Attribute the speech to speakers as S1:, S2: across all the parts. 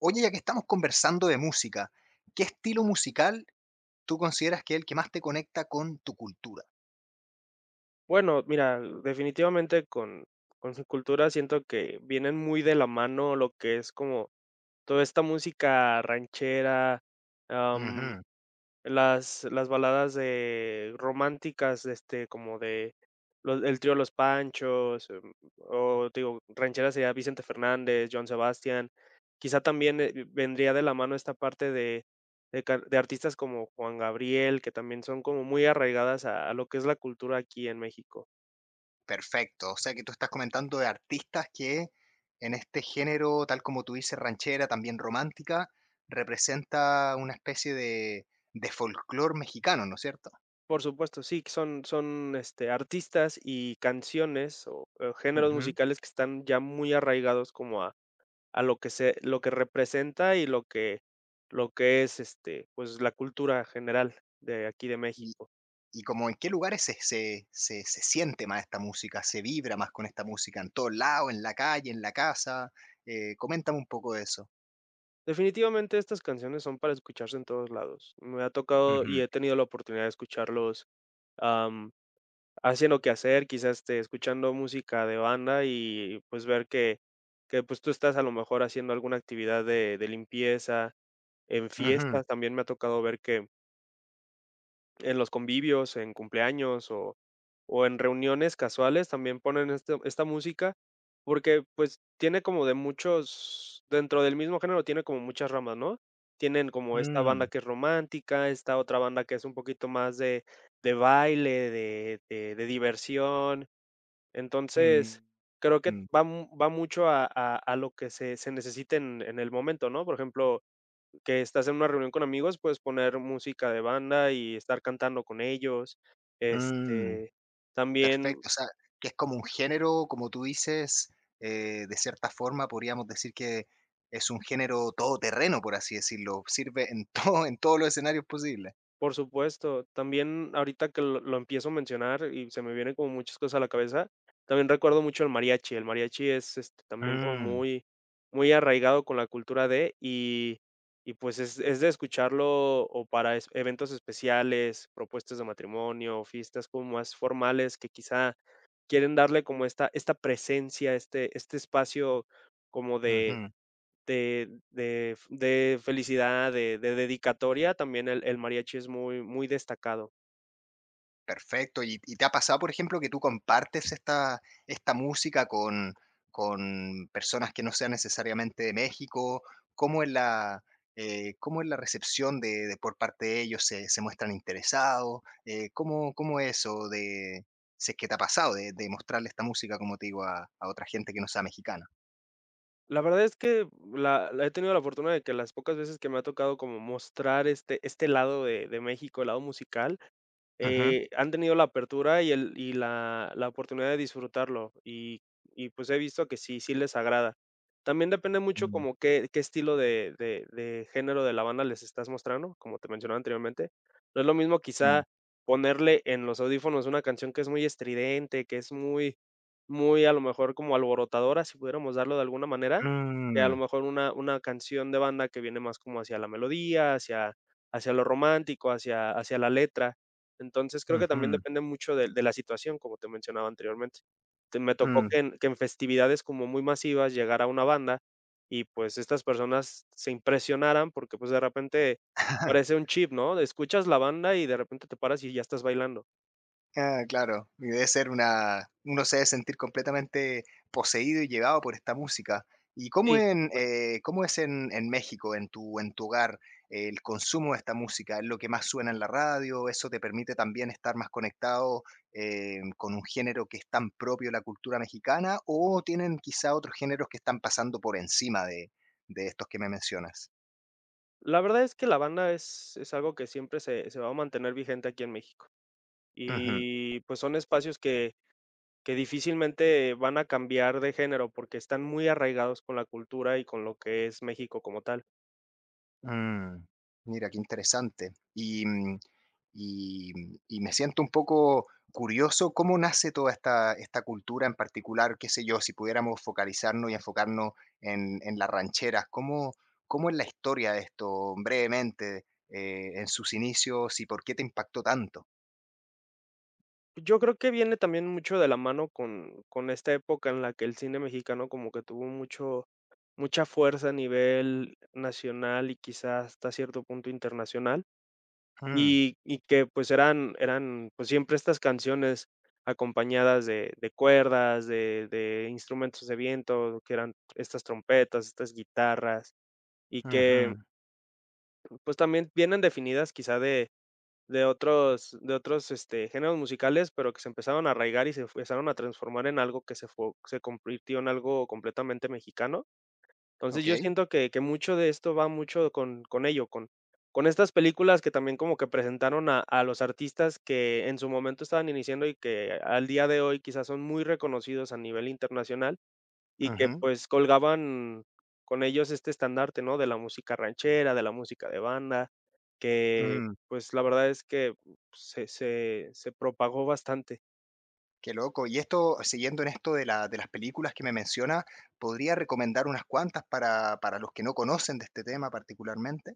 S1: Oye, ya que estamos conversando de música, ¿qué estilo musical tú consideras que es el que más te conecta con tu cultura?
S2: Bueno, mira, definitivamente con su cultura siento que vienen muy de la mano lo que es como toda esta música ranchera, am,
S1: Ujú,
S2: las baladas de románticas, este, como de los, el trío Los Panchos, o digo, ranchera sería Vicente Fernández, Joan Sebastián. Quizá también vendría de la mano esta parte de artistas como Juan Gabriel, que también son como muy arraigadas a lo que es la cultura aquí en México.
S1: perfecto. O sea que tú estás comentando de artistas que en este género, tal como tú dices, ranchera, también romántica, representa una especie de folclore mexicano, ¿no es cierto?
S2: Por supuesto, sí, que son, este, artistas y canciones o géneros
S1: Ujú.
S2: musicales que están ya muy arraigados como a lo que se lo que representa y lo que es, este, pues, la cultura general de aquí de
S1: Y,
S2: México.
S1: y como en qué lugares se siente más esta música, se vibra más con esta música, en todos lados, en la calle, en la casa. Coméntame un poco de eso.
S2: Definitivamente, estas canciones son para escucharse en todos lados. Me ha tocado y
S1: Ujú,
S2: he tenido la oportunidad de escucharlos, haciendo que hacer quizás, este, escuchando música de banda y, pues, ver que, pues, tú estás a lo mejor haciendo alguna actividad de limpieza. En
S1: ujú.
S2: fiestas también me ha tocado ver que en los convivios, en cumpleaños o en reuniones casuales también ponen esta música, porque, pues, tiene como de muchos dentro del mismo género tiene como muchas ramas, ¿no? Tienen como esta banda
S1: Mm,
S2: que es romántica, esta otra banda que es un poquito más de baile, de diversión, entonces,
S1: mm,
S2: creo que
S1: mm,
S2: va mucho a lo que se necesite en el momento, ¿no? Por ejemplo, que estás en una reunión con amigos, pues, poner música de banda y estar cantando con ellos.
S1: mm.
S2: Este, también
S1: Perfecto, o sea, que es como un género, como tú dices, de cierta forma podríamos decir que es un género todoterreno, por así decirlo, sirve en todo, en todos los escenarios posibles.
S2: Por supuesto, también ahorita que lo empiezo a mencionar y se me vienen como muchas cosas a la cabeza, también recuerdo mucho el mariachi. El mariachi es, este, también como
S1: Mm,
S2: muy arraigado con la cultura de y pues es de escucharlo o para es eventos especiales, propuestas de matrimonio, fiestas como más formales que quizá quieren darle como esta presencia, este espacio como
S1: ujú.
S2: de f de felicidad, de dedicatoria, también el mariachi es muy destacado.
S1: Perfecto. ¿Y te ha pasado, por ejemplo, que tú compartes esta música con personas que no sean necesariamente de México? ¿Cómo es la, cómo es la recepción de por parte de ellos? ¿Se muestran interesados? ¿Cómo es eso de si es que te ha pasado de mostrarle esta música, como te digo, a otra gente que no sea mexicana?
S2: La verdad es que la la he tenido la fortuna de que las pocas veces que me ha tocado como mostrar este lado de México, el lado musical,
S1: Ujú.
S2: Han tenido la apertura y el y la oportunidad de disfrutarlo, y pues he visto que sí les agrada. También depende mucho
S1: Mm,
S2: como qué estilo de género de la banda les estás mostrando, como te mencionaba anteriormente. No es lo mismo
S1: mm,
S2: quizá ponerle en los audífonos una canción que es muy estridente, que es muy a lo mejor como alborotadora, si pudiéramos darlo de alguna manera, que a lo
S1: mm,
S2: mejor una canción de banda que viene más como hacia la melodía, hacia lo romántico, hacia la letra. Entonces, creo que también
S1: ujú,
S2: depende mucho de la situación, como te mencionaba anteriormente. Te me tocó
S1: mm.
S2: que en festividades como muy masivas llegara una banda y, pues, estas personas se impresionaran porque, pues, de repente parece un chip, ¿no? Escuchas la banda y de repente te paras y ya estás bailando.
S1: Ah, claro, y debe ser una uno se debe sentir completamente poseído y llevado por esta música. ¿Y cómo
S2: Sí, por
S1: en,
S2: supuesto.
S1: cómo es en México, en tu hogar, el consumo de esta música? ¿Es lo que más suena en la radio? ¿Eso te permite también estar más conectado, con un género que es tan propio de la cultura mexicana, o tienen quizá otros géneros que están pasando por encima de estos que me mencionas?
S2: La verdad es que la banda es algo que siempre se va a mantener vigente aquí en México.
S1: Ujú.
S2: Y, pues, son espacios que difícilmente van a cambiar de género, porque están muy arraigados con la cultura y con lo que es México como tal.
S1: Mm, mira, qué interesante. Y me siento un poco curioso cómo nace toda esta cultura en particular, qué sé yo, si pudiéramos focalizarnos y enfocarnos en las rancheras, ¿cómo, cómo es la historia de esto brevemente, en sus inicios y por qué te impactó tanto?
S2: Yo creo que viene también mucho de la mano con esta época en la que el cine mexicano como que tuvo mucho mucha fuerza a nivel nacional y quizás hasta cierto punto internacional,
S1: Mm,
S2: y que, pues, eran, pues, siempre estas canciones acompañadas de cuerdas, de instrumentos de viento, que eran estas trompetas, estas guitarras, y que,
S1: ujú,
S2: pues, también vienen definidas quizá de otros, este, géneros musicales, pero que se empezaron a arraigar y se empezaron a transformar en algo que se convirtió en algo completamente mexicano. Entonces, yo
S1: ok
S2: siento que mucho de esto va mucho con ello, con estas películas que también como que presentaron a los artistas que en su momento estaban iniciando y que al día de hoy quizás son muy reconocidos a nivel internacional. Y que,
S1: ujú.
S2: pues, colgaban con ellos este estandarte, ¿no? De la música ranchera, de la música de banda, que,
S1: Mm.
S2: pues, la verdad es que se propagó bastante.
S1: Qué loco. Y esto, siguiendo en esto de la de las películas que me menciona, ¿podría recomendar unas cuantas para los que no conocen de este tema particularmente?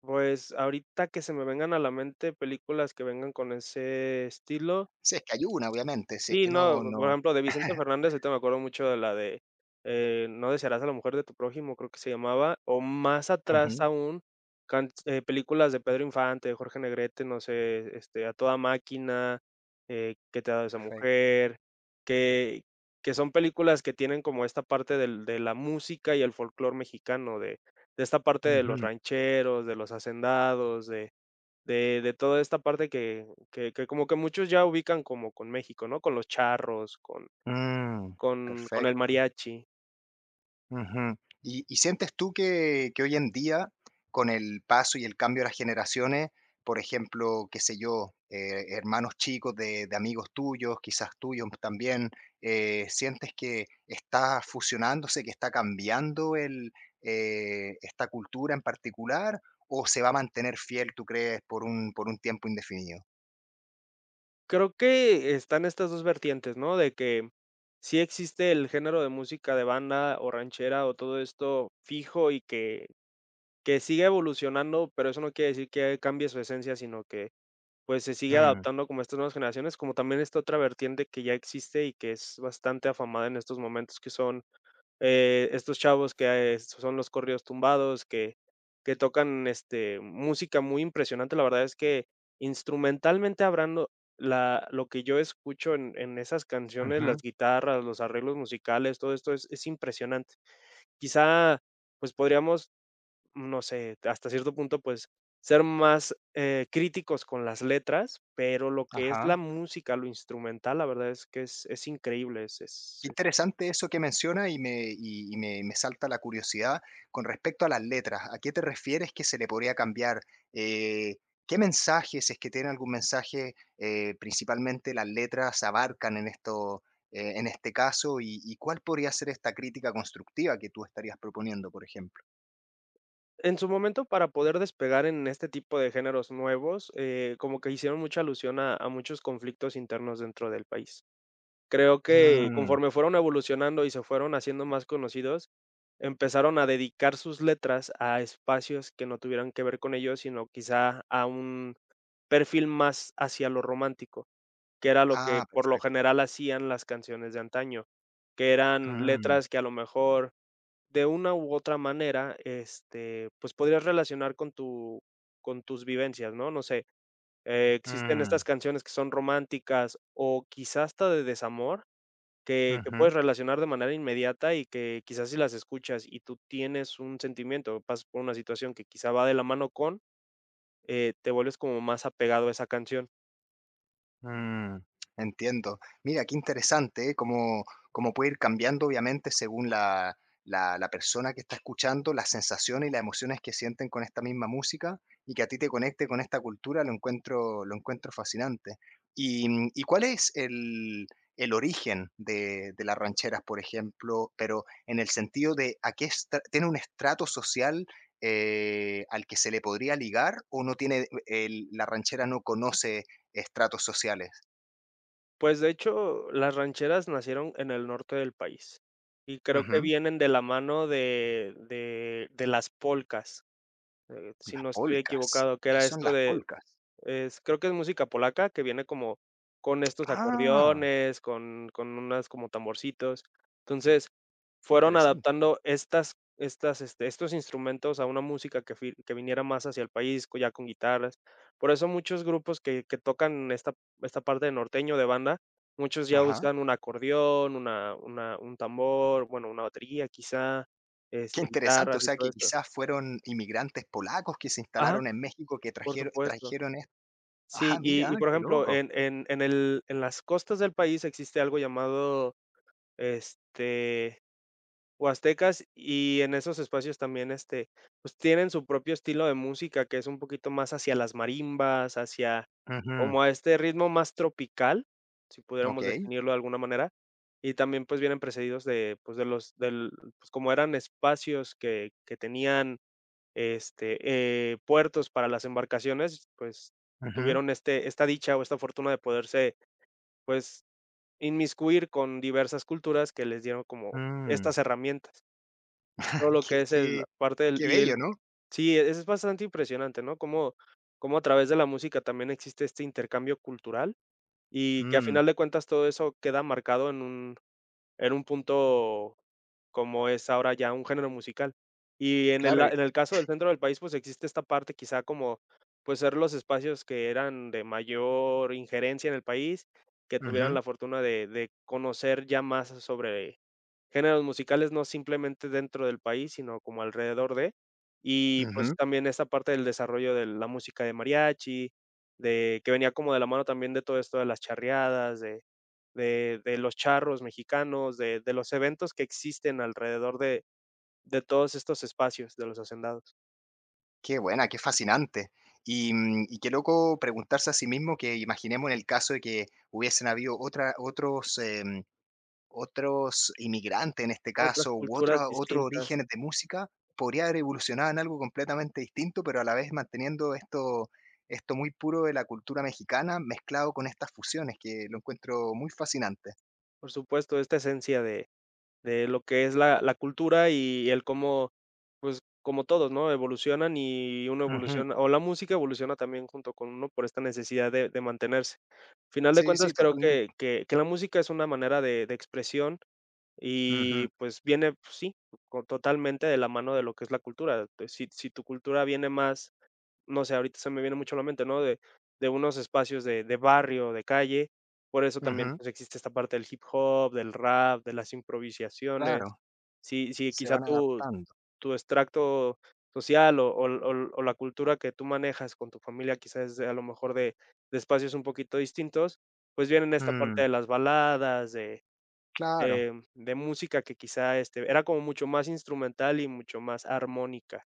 S2: Pues, ahorita que se me vengan a la mente películas que vengan con ese estilo.
S1: Si es que hay una, obviamente, si es
S2: Sí,
S1: que no,
S2: no, por
S1: no.
S2: ejemplo, de Vicente Fernández, ahorita me acuerdo mucho de la de, No desearás a la mujer de tu prójimo, creo que se llamaba, o más atrás
S1: Ujú,
S2: aún, películas de Pedro Infante, de Jorge Negrete, no sé, este, A toda máquina, ¿Qué te ha dado esa
S1: perfecto.
S2: mujer? Que, que son películas que tienen como esta parte de la música y el folclore mexicano, de esta parte de los
S1: Ujú.
S2: rancheros, de los hacendados, de toda esta parte que como que muchos ya ubican como con México, ¿no? Con los charros,
S1: Mm,
S2: con el
S1: perfecto.
S2: mariachi.
S1: Ujú. Y sientes tú que hoy en día, con el paso y el cambio de las generaciones, por ejemplo, qué sé yo, hermanos chicos de amigos tuyos, quizás tuyos también, sientes que está fusionándose, que está cambiando el, esta cultura en particular, o se va a mantener fiel, tú crees, por un tiempo indefinido?
S2: Creo que están estas 2 vertientes, ¿no? De que sí existe el género de música de banda o ranchera o todo esto fijo y que sigue evolucionando, pero eso no quiere decir que cambie su esencia, sino que, pues, se sigue
S1: Mm,
S2: adaptando como a estas nuevas generaciones, como también esta otra vertiente que ya existe y que es bastante afamada en estos momentos, que son estos chavos que, son los corridos tumbados, que tocan, este, música muy impresionante. La verdad es que instrumentalmente hablando, la lo que yo escucho en esas canciones, las
S1: ujú,
S2: guitarras, los arreglos musicales, todo esto es impresionante. Quizá, pues, podríamos, no sé, hasta cierto punto, pues, ser más, críticos con las letras, pero lo que es
S1: ajá.
S2: la música, lo instrumental, la verdad es que es increíble, es
S1: Qué interesante eso que menciona y me salta la curiosidad con respecto a las letras. ¿A qué te refieres que se le podría cambiar? Eh, ¿Qué mensajes, si es que tiene algún mensaje, principalmente las letras abarcan en esto, en este caso? Y ¿cuál podría ser esta crítica constructiva que tú estarías proponiendo, por ejemplo?
S2: En su momento, para poder despegar en este tipo de géneros nuevos, como que hicieron mucha alusión a muchos conflictos internos dentro del país. Creo que
S1: Mm,
S2: conforme fueron evolucionando y se fueron haciendo más conocidos, empezaron a dedicar sus letras a espacios que no tuvieran que ver con ellos, sino quizá a un perfil más hacia lo romántico, que era lo que
S1: ah,
S2: por lo
S1: perfecto.
S2: general hacían las canciones de antaño, que eran
S1: Mm,
S2: letras que a lo mejor de una u otra manera, este, pues, podrías relacionar con tu con tus vivencias, ¿no? No sé, existen estas
S1: mm,
S2: canciones que son románticas o quizás hasta de desamor, que puedes
S1: ujú.
S2: relacionar de manera inmediata y que quizás si las escuchas y tú tienes un sentimiento, pasas por una situación que quizá va de la mano con, te vuelves como más apegado a esa canción.
S1: Mm, entiendo. Mira, qué interesante, ¿eh? Cómo, cómo puede ir cambiando, obviamente, según la, la, la persona que está escuchando, las sensaciones y las emociones que sienten con esta misma música y que a ti te conecte con esta cultura, lo encuentro fascinante. ¿Y, y cuál es el origen de las rancheras, por ejemplo, pero en el sentido de a qué estra- tiene un estrato social? ¿Al que se le podría ligar o no tiene, el- la ranchera no conoce estratos sociales?
S2: Pues, de hecho, las rancheras nacieron en el norte del país y creo que
S1: Ujú.
S2: vienen de la mano de las polcas. Si
S1: Las
S2: no estoy
S1: polcas.
S2: equivocado, que
S1: ¿Qué
S2: era
S1: son
S2: esto
S1: las
S2: de...
S1: polcas?
S2: es creo que es música polaca, que viene como con estos
S1: Ah,
S2: acordeones, con unas como tamborcitos. Entonces,
S1: qué
S2: fueron
S1: interesante.
S2: adaptando estos instrumentos a una música que viniera más hacia el país, co ya con guitarras. Por eso muchos grupos que tocan esta parte de norteño, de banda, muchos ya
S1: Ajá.
S2: usan un acordeón, una un tambor, bueno, una batería quizá,
S1: Qué
S2: este,
S1: interesante, o
S2: guitarras y
S1: sea,
S2: todo
S1: que
S2: esto.
S1: quizás fueron inmigrantes polacos que se
S2: Ajá,
S1: instalaron en México que
S2: por
S1: trajeron
S2: supuesto.
S1: trajeron esto.
S2: Sí,
S1: Ajá, mira,
S2: y por
S1: qué
S2: ejemplo,
S1: loco.
S2: en las costas del país existe algo llamado, este, Huastecas, y en esos espacios también, este, pues, tienen su propio estilo de música, que es un poquito más hacia las marimbas, hacia
S1: Ujú.
S2: como a este ritmo más tropical, si pudiéramos
S1: Okey.
S2: definirlo de alguna manera, y también, pues, vienen precedidos de, pues, de los del pues, como eran espacios que tenían este, puertos para las embarcaciones, pues,
S1: Ujú.
S2: tuvieron esta dicha o esta fortuna de poderse, pues, inmiscuir con diversas culturas que les dieron como
S1: Mm.
S2: estas herramientas. Todo lo
S1: Qué
S2: que es el la
S1: qué
S2: parte del
S1: qué
S2: y
S1: bello,
S2: el
S1: ¿no?
S2: sí, e-, es bastante impresionante, ¿no? Cómo cómo a través de la música también existe este intercambio cultural y que a
S1: Mm,
S2: final de cuentas todo eso queda marcado en un punto como es ahora ya un género musical. Y en el la
S1: claro.
S2: en el caso del centro del país, pues, existe esta parte quizá como, pues, ser los espacios que eran de mayor injerencia en el país, que tuvieran
S1: Ujú,
S2: la fortuna de conocer ya más sobre géneros musicales, no simplemente dentro del país, sino como alrededor de. Y, pues,
S1: ujú.
S2: también esta parte del desarrollo de la música de mariachi, de que venía como de la mano también de todo esto de las charreadas, de los charros mexicanos, de los eventos que existen alrededor de todos estos espacios, de los hacendados.
S1: Qué buena, qué fascinante. Y, y qué loco preguntarse a sí mismo que imaginemos en el caso de que hubiesen habido otros inmigrantes en este
S2: Otras
S1: caso, u
S2: culturas
S1: otros
S2: distintas,
S1: orígenes de música, podría haber evolucionado en algo completamente distinto, pero a la vez manteniendo esto muy puro de la cultura mexicana, mezclado con estas fusiones que lo encuentro muy fascinante.
S2: por supuesto, esta esencia de lo que es la cultura y el cómo, pues, como todos, ¿no?, evolucionan y uno
S1: Ujú.
S2: evoluciona o la música evoluciona también junto con uno por esta necesidad de mantenerse. Final de
S1: Sí, sí,
S2: cuentas, creo que
S1: totalmente.
S2: la música es una manera de expresión. Y
S1: Ujú,
S2: pues viene, pues sí, co totalmente de la mano de lo que es la cultura. Pues si tu cultura viene más, no sé, ahorita se me viene mucho a la mente, ¿no? De unos espacios de barrio, de calle, por eso también,
S1: ujú.
S2: pues, existe esta parte del hip hop, del rap, de las improvisaciones.
S1: Claro,
S2: Si
S1: se
S2: quizá
S1: van adaptando.
S2: tu extracto social o la cultura que tú manejas con tu familia quizás es de- a lo mejor de espacios un poquito distintos, pues vienen esta parte
S1: Mm,
S2: de las baladas,
S1: claro.
S2: de música que quizá, este, era como mucho más instrumental y mucho más armónica.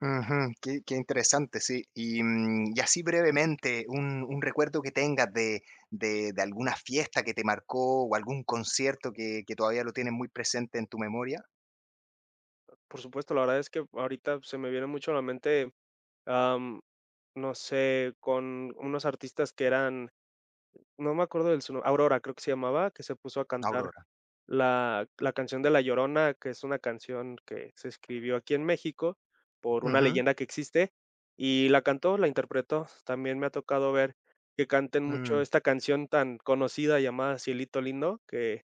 S1: Ujú, qué, qué interesante, sí. Y, y así brevemente, un recuerdo que tengas de alguna fiesta que te marcó o algún concierto que todavía lo tienes muy presente en tu memoria,
S2: Por supuesto, la verdad es que ahorita se me viene mucho a la mente, am, no sé, con unos artistas que eran, no me acuerdo del su nombre, Aurora creo que se llamaba, que se puso a cantar
S1: Aurora.
S2: la canción de La Llorona, que es una canción que se escribió aquí en México por una
S1: Ujú,
S2: leyenda que existe, y la cantó, la interpretó. También me ha tocado ver que canten mucho
S1: mm,
S2: esta canción tan conocida llamada Cielito Lindo,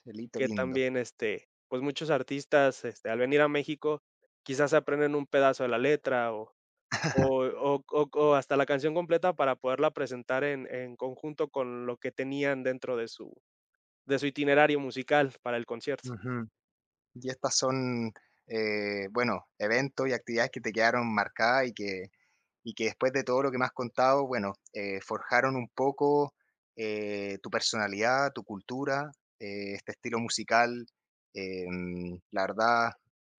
S1: Celito
S2: que
S1: lindo.
S2: también, este, pues, muchos artistas, este, al venir a México, quizás se aprenden un pedazo de la letra o hasta la canción completa para poderla presentar en conjunto con lo que tenían dentro de su itinerario musical para el concierto.
S1: Ujú. Y estas son, bueno, eventos y actividades que te quedaron marcadas y que después de todo lo que me has contado, bueno, forjaron un poco tu personalidad, tu cultura, este estilo musical. La verdad,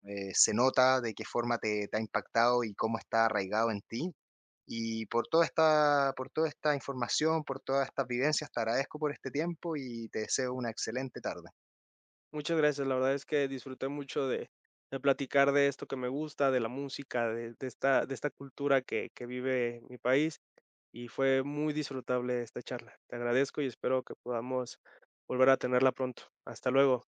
S1: se nota de qué forma te, te ha impactado y cómo está arraigado en ti. Y por toda esta información, por todas estas vivencias, te agradezco por este tiempo y te deseo una excelente tarde.
S2: Muchas gracias, la verdad es que disfruté mucho de platicar de esto que me gusta, de la música, de esta de esta cultura que vive mi país, y fue muy disfrutable esta charla. Te agradezco y espero que podamos volver a tenerla pronto. Hasta luego.